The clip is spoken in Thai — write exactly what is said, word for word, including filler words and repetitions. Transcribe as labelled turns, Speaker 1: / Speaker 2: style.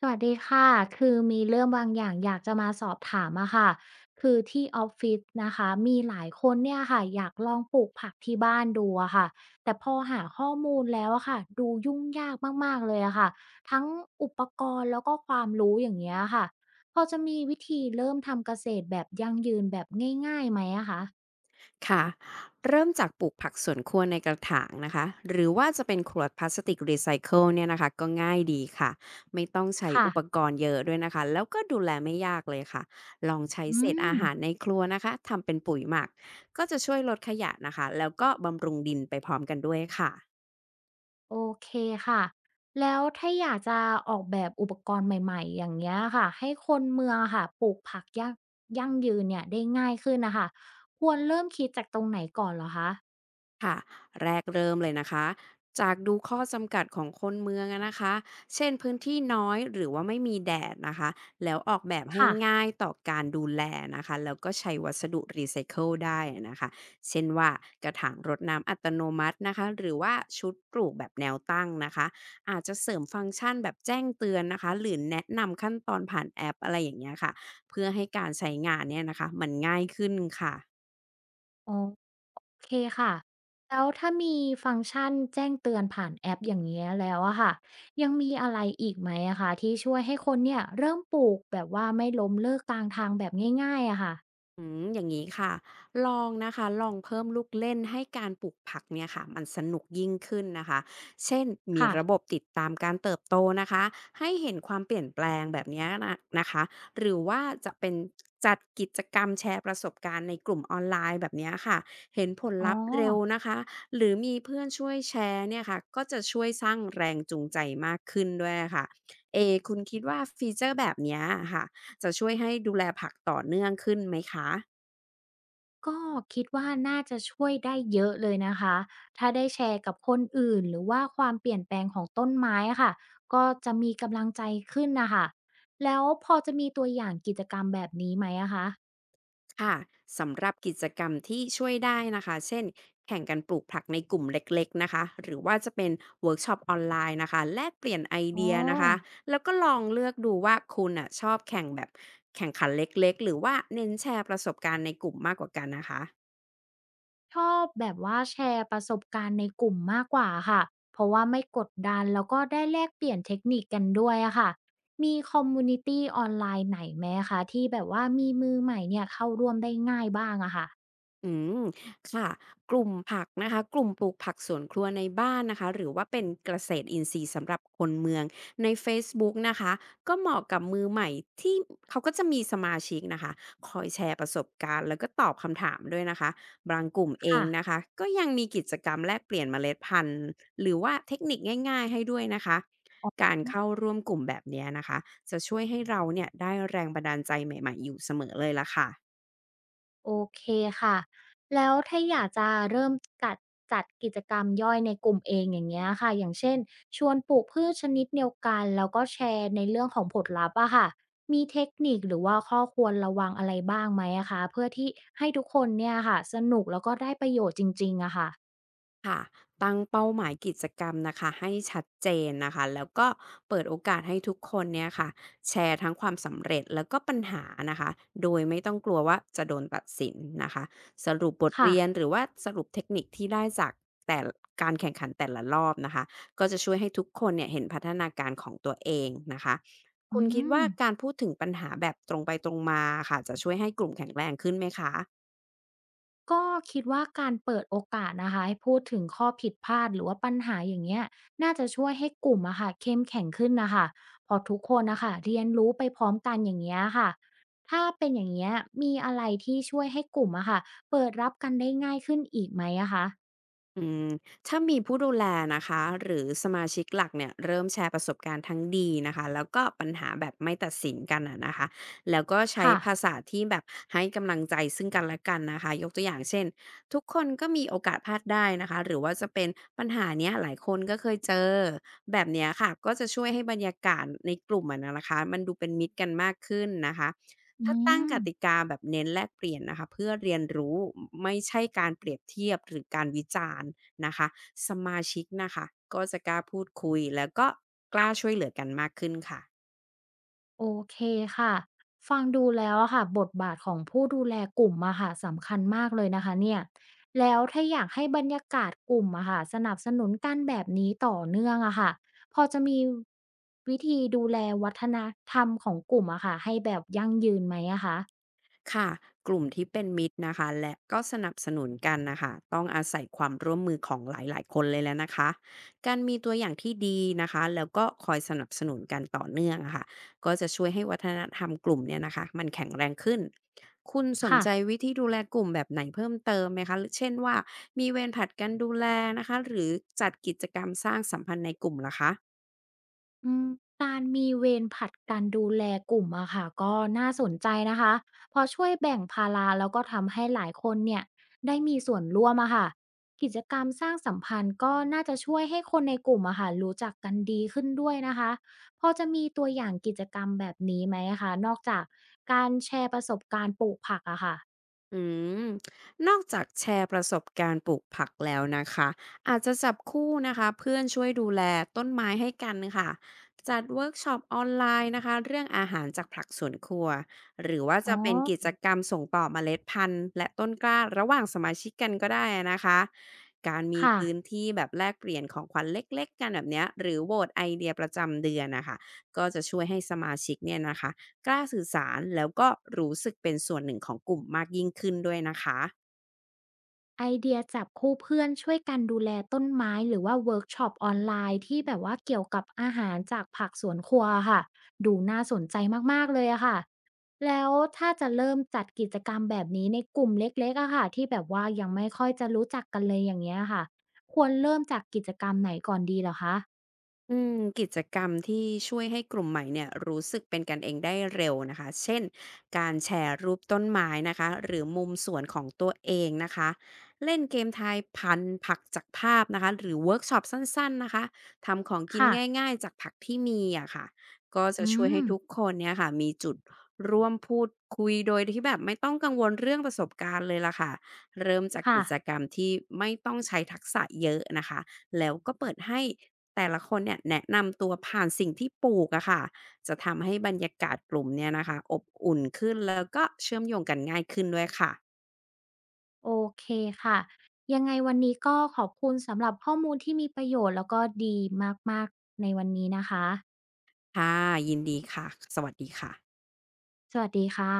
Speaker 1: สวัสดีค่ะ คือมีเรื่องบางอย่างอยากจะมาสอบถามอะค่ะ คือที่ออฟฟิศนะคะ มีหลายคนเนี่ยค่ะอยากลองปลูกผักที่บ้านดูอะค่ะ แต่พอหาข้อมูลแล้วอะค่ะ ดูยุ่งยากมากๆเลยอะค่ะ ทั้งอุปกรณ์แล้วก็ความรู้อย่างเงี้ยค่ะ พอจะมีวิธีเริ่มทำเกษตรแบบยั่งยืนแบบง่ายๆไหมอะคะ
Speaker 2: ค่ะเริ่มจากปลูกผักสวนครัวในกระถางนะคะหรือว่าจะเป็นขวดพลาสติกรีไซเคิลเนี่ยนะคะก็ง่ายดีค่ะไม่ต้องใช้
Speaker 1: ค่ะ
Speaker 2: อุปกรณ์เยอะด้วยนะคะแล้วก็ดูแลไม่ยากเลยค่ะลองใช้
Speaker 1: อื
Speaker 2: เศษอา
Speaker 1: ม
Speaker 2: หารในครัวนะคะทำเป็นปุ๋ยหมักก็จะช่วยลดขยะนะคะแล้วก็บำรุงดินไปพร้อมกันด้วยค่ะ
Speaker 1: โอเคค่ะ แล้วถ้าอยากจะออกแบบอุปกรณ์ใหม่ๆอย่างเงี้ยค่ะให้คนเมืองอะค่ะปลูกผักยั่งยั่งยืนเนี่ยได้ง่ายขึ้นนะคะควรเริ่มคิดจากตรงไหนก่อนเหรอคะ
Speaker 2: ค่ะแรกเริ่มเลยนะคะจากดูข้อจำกัดของคนเมืองอะนะคะเช่นพื้นที่น้อยหรือว่าไม่มีแดดนะคะแล้วออกแบบให้
Speaker 1: ค่ะ
Speaker 2: ง่ายต่อการดูแลนะคะแล้วก็ใช้วัสดุรีไซเคิลได้นะคะเช่นว่ากระถางรดน้ำอัตโนมัตินะคะหรือว่าชุดปลูกแบบแนวตั้งนะคะอาจจะเสริมฟังก์ชันแบบแจ้งเตือนนะคะหรือแนะนำขั้นตอนผ่านแอปอะไรอย่างเงี้ยค่ะเพื่อให้การใช้งานเนี่ยนะคะมันง่ายขึ้นค่ะ
Speaker 1: โอเคค่ะแล้วถ้ามีฟังก์ชันแจ้งเตือนผ่านแอปอย่างเงี้ยแล้วอะค่ะยังมีอะไรอีกไหมอะคะที่ช่วยให้คนเนี่ยเริ่มปลูกแบบว่าไม่ล้มเลิกกลางทางแบบง่ายๆอะค่ะ
Speaker 2: อืมอย่างนี้ค่ะลองนะคะลองเพิ่มลูกเล่นให้การปลูกผักเนี่ยค่ะมันสนุกยิ่งขึ้นนะคะเช่นมี
Speaker 1: ค่ะ
Speaker 2: ระบบติดตามการเติบโตนะคะให้เห็นความเปลี่ยนแปลงแบบเนี้ยนะนะคะหรือว่าจะเป็นจัดกิจกรรมแชร์ประสบการณ์ในกลุ่มออนไลน์แบบเนี้ยค่ะเห็นผล
Speaker 1: อ๋อ
Speaker 2: ลัพธ์เร็วนะคะหรือมีเพื่อนช่วยแชร์เนี่ยค่ะก็จะช่วยสร้างแรงจูงใจมากขึ้นด้วยค่ะเอคุณคิดว่าฟีเจอร์แบบเนี้ยค่ะ จะช่วยให้ดูแลผักต่อเนื่องขึ้นไหมคะ
Speaker 1: ก็คิดว่าน่าจะช่วยได้เยอะเลยนะคะ ถ้าได้แชร์กับคนอื่นหรือว่าความเปลี่ยนแปลงของต้นไม้อะค่ะ ก็จะมีกำลังใจขึ้นนะคะ แล้วพอจะมีตัวอย่างกิจกรรมแบบนี้ไหมอะคะ
Speaker 2: ค่ะสำหรับกิจกรรมที่ช่วยได้นะคะเช่นแข่งกันปลูกผักในกลุ่มเล็กๆนะคะหรือว่าจะเป็นเวิร์กช็อปออนไลน์นะคะแลกเปลี่ยนไอ
Speaker 1: อ๋อ
Speaker 2: เดียนะคะแล้วก็ลองเลือกดูว่าคุณอ่ะชอบแข่งแบบแข่งขันเล็กๆหรือว่าเน้นแชร์ประสบการณ์ในกลุ่มมากกว่ากันนะคะ
Speaker 1: ชอบแบบว่าแชร์ประสบการณ์ในกลุ่มมากกว่าค่ะ เพราะว่าไม่กดดันแล้วก็ได้แลกเปลี่ยนเทคนิคกันด้วยอะค่ะมีคอมมูนิตี้ออนไลน์ไหนไหมคะที่แบบว่ามีมือใหม่เนี่ยเข้าร่วมได้ง่ายบ้างอะค่ะ
Speaker 2: อืมค่ะกลุ่มผักนะคะกลุ่มปลูกผักสวนครัวในบ้านนะคะหรือว่าเป็นเกษตรอินทรีย์สำหรับคนเมือง ใน เฟซบุ๊ก นะคะก็เหมาะกับมือใหม่ที่เขาก็จะมีสมาชิกนะคะคอยแชร์ประสบการณ์แล้วก็ตอบคำถามด้วยนะคะบางกลุ่มเอง
Speaker 1: ค่ะ
Speaker 2: นะคะก็ยังมีกิจกรรมแลกเปลี่ยนเมล็ดพันธุ์หรือว่าเทคนิคง่ายๆให้ด้วยนะคะ การเข้าร่วมกลุ่มแบบเนี้ยนะคะจะช่วยให้เราเนี่ยได้แรงบันดาลใจใหม่ๆอยู่เสมอเลยล่ะค่ะ
Speaker 1: โอเคค่ะ แล้วถ้าอยากจะเริ่มกัดจัดกิจกรรมย่อยในกลุ่มเองอย่างเงี้ยค่ะ อย่างเช่นชวนปลูกพืชชนิดเดียวกันแล้วก็แชร์ในเรื่องของผลลัพธ์อะค่ะ มีเทคนิคหรือว่าข้อควรระวังอะไรบ้างไหมอะคะเพื่อที่ให้ทุกคนเนี่ยค่ะสนุกแล้วก็ได้ประโยชน์จริงๆอะค่ะ
Speaker 2: ค่ะตั้งเป้าหมายกิจกรรมนะคะให้ชัดเจนนะคะแล้วก็เปิดโอกาสให้ทุกคนเนี่ยค่ะแชร์ทั้งความสำเร็จแล้วก็ปัญหานะคะโดยไม่ต้องกลัวว่าจะโดนตัดสินนะคะสรุปบท
Speaker 1: ค่ะ
Speaker 2: เรียนหรือว่าสรุปเทคนิคที่ได้จากแต่ละการแข่งขันแต่ละรอบนะคะก็จะช่วยให้ทุกคนเนี่ยเห็นพัฒนาการของตัวเองนะคะ
Speaker 1: อื
Speaker 2: คุณคิด
Speaker 1: ม
Speaker 2: ว่าการพูดถึงปัญหาแบบตรงไปตรงมาค่ะจะช่วยให้กลุ่มแข็งแรงขึ้นไหมคะ
Speaker 1: ก็คิดว่าการเปิดโอกาสนะคะให้พูดถึงข้อผิดพลาดหรือว่าปัญหาอย่างเงี้ยน่าจะช่วยให้กลุ่มอะค่ะเข้มแข็งขึ้นนะคะพอทุกคนนะคะเรียนรู้ไปพร้อมกันอย่างเงี้ยค่ะถ้าเป็นอย่างเงี้ยมีอะไรที่ช่วยให้กลุ่มอะค่ะเปิดรับกันได้ง่ายขึ้นอีกไหมอะคะ
Speaker 2: อืมถ้ามีผู้ดูแลนะคะหรือสมาชิกหลักเนี่ยเริ่มแชร์ประสบการณ์ทั้งดีนะคะแล้วก็ปัญหาแบบไม่ตัดสินกันอะนะคะแล้วก็ใช้
Speaker 1: ค่ะ
Speaker 2: ภาษาที่แบบให้กำลังใจซึ่งกันและกันนะคะยกตัวอย่างเช่นทุกคนก็มีโอกาสพลาดได้นะคะหรือว่าจะเป็นปัญหาเนี้ยหลายคนก็เคยเจอแบบเนี้ยค่ะก็จะช่วยให้บรรยากาศในกลุ่มอะนะคะมันดูเป็นมิตรกันมากขึ้นนะคะ
Speaker 1: อื
Speaker 2: ถ้าตั้งกติ
Speaker 1: ม
Speaker 2: กาแบบเน้นแลกเปลี่ยนนะคะเพื่อเรียนรู้ไม่ใช่การเปรียบเทียบหรือการวิจารณ์นะคะสมาชิกนะคะก็จะกล้าพูดคุยแล้วก็กล้าช่วยเหลือกันมากขึ้นค่ะ
Speaker 1: โอเคค่ะ ฟังดูแล้วอะค่ะบทบาทของผู้ดูแลกลุ่มอะค่ะสำคัญมากเลยนะคะเนี่ย แล้วถ้าอยากให้บรรยากาศกลุ่มอะค่ะสนับสนุนกันแบบนี้ต่อเนื่องอะค่ะพอจะมีวิธีดูแลวัฒนธรรมของกลุ่มอะค่ะให้แบบยั่งยืนไหมอะคะ
Speaker 2: ค่ะกลุ่มที่เป็นมิตรนะคะและก็สนับสนุนกันนะคะต้องอาศัยความร่วมมือของหลายๆคนเลยแล้วนะคะการมีตัวอย่างที่ดีนะคะแล้วก็คอยสนับสนุนกันต่อเนื่องอะค่ะก็จะช่วยให้วัฒนธรรมกลุ่มเนี่ยนะคะมันแข็งแรงขึ้นคุณสน
Speaker 1: ค่ะ
Speaker 2: ใจวิธีดูแลกลุ่มแบบไหนเพิ่มเติมไหมคะหรือเช่นว่ามีเวรผัดกันดูแลนะคะหรือจัดกิจกรรมสร้างสัมพันธ์ในกลุ่มล่ะคะ
Speaker 1: อืมการมีเวรผลัดกันดูแลกลุ่มอะค่ะก็น่าสนใจนะคะเพอช่วยแบ่งภาระแล้วก็ทำให้หลายคนเนี่ยได้มีส่วนร่วมอะค่ะกิจกรรมสร้างสัมพันธ์ก็น่าจะช่วยให้คนในกลุ่มอะค่ะรู้จักกันดีขึ้นด้วยนะคะพอจะมีตัวอย่างกิจกรรมแบบนี้ไหมะคะนอกจากการแชร์ประสบการณ์ปลูกผักอะค่ะ
Speaker 2: อืมนอกจากแชร์ประสบการณ์ปลูกผักแล้วนะคะอาจจะจับคู่นะคะเพื่อนช่วยดูแลต้นไม้ให้กันค่ะจัดเวิร์กช็อปออนไลน์นะคะเรื่องอาหารจากผักสวนครัวหรือว่า
Speaker 1: อ๋อ
Speaker 2: จะเป็นกิจกรรมส่งต่อเมล็ดพันธุ์และต้นกล้าระหว่างสมาชิกกันก็ได้นะคะการมี
Speaker 1: ค่ะ
Speaker 2: พื้นที่แบบแลกเปลี่ยนของขวัญเล็กๆกันแบบเนี้ยหรือโหวตไอเดียประจำเดือนนะคะก็จะช่วยให้สมาชิกเนี่ยนะคะ กล้าสื่อสารแล้วก็รู้สึกเป็นส่วนหนึ่งของกลุ่มมากยิ่งขึ้นด้วยนะคะ
Speaker 1: ไอเดียจับคู่เพื่อนช่วยกันดูแลต้นไม้หรือว่าเวิร์กช็อปออนไลน์ที่แบบว่าเกี่ยวกับอาหารจากผักสวนครัวอค่ะดูน่าสนใจมากๆเลยอะค่ะแล้วถ้าจะเริ่มจัดกิจกรรมแบบนี้ในกลุ่มเล็กๆอะค่ะที่แบบว่ายังไม่ค่อยจะรู้จักกันเลยอย่างเงี้ยค่ะควรเริ่มจากกิจกรรมไหนก่อนดีเหรอคะ
Speaker 2: อืมกิจกรรมที่ช่วยให้กลุ่มใหม่เนี่ยรู้สึกเป็นกันเองได้เร็วนะคะเช่นการแชร์รูปต้นไม้นะคะหรือมุมสวนของตัวเองนะคะเล่นเกมทายพันธุ์ผักจากภาพนะคะหรือเวิร์กช็อปสั้นๆนะคะทำของกิน
Speaker 1: ค่ะ
Speaker 2: ง่ายๆจากผักที่มีอะค่ะก็จะ
Speaker 1: อื
Speaker 2: ช่วย
Speaker 1: ม
Speaker 2: ให้ทุกคนเนี่ยค่ะมีจุดร่วมพูดคุยโดยที่แบบไม่ต้องกังวลเรื่องประสบการณ์เลยล่ะค่ะเริ่มจาก
Speaker 1: ค่ะ
Speaker 2: กิจกรรมที่ไม่ต้องใช้ทักษะเยอะนะคะแล้วก็เปิดให้ แต่ละคนเนี่ยแนะนำตัวผ่านสิ่งที่ปลูกอะค่ะจะทำให้บรรยากาศกลุ่มเนี่ยนะคะอบอุ่นขึ้นแล้วก็เชื่อมโยงกันง่ายขึ้นด้วยค่ะ
Speaker 1: โอเคค่ะยังไงวันนี้ก็ขอบคุณสำหรับข้อมูลที่มีประโยชน์แล้วก็ดีมากๆในวันนี้นะคะ
Speaker 2: ค่ะยินดีค่ะ สวัสดีค่ะ
Speaker 1: สวัสดีค่ะ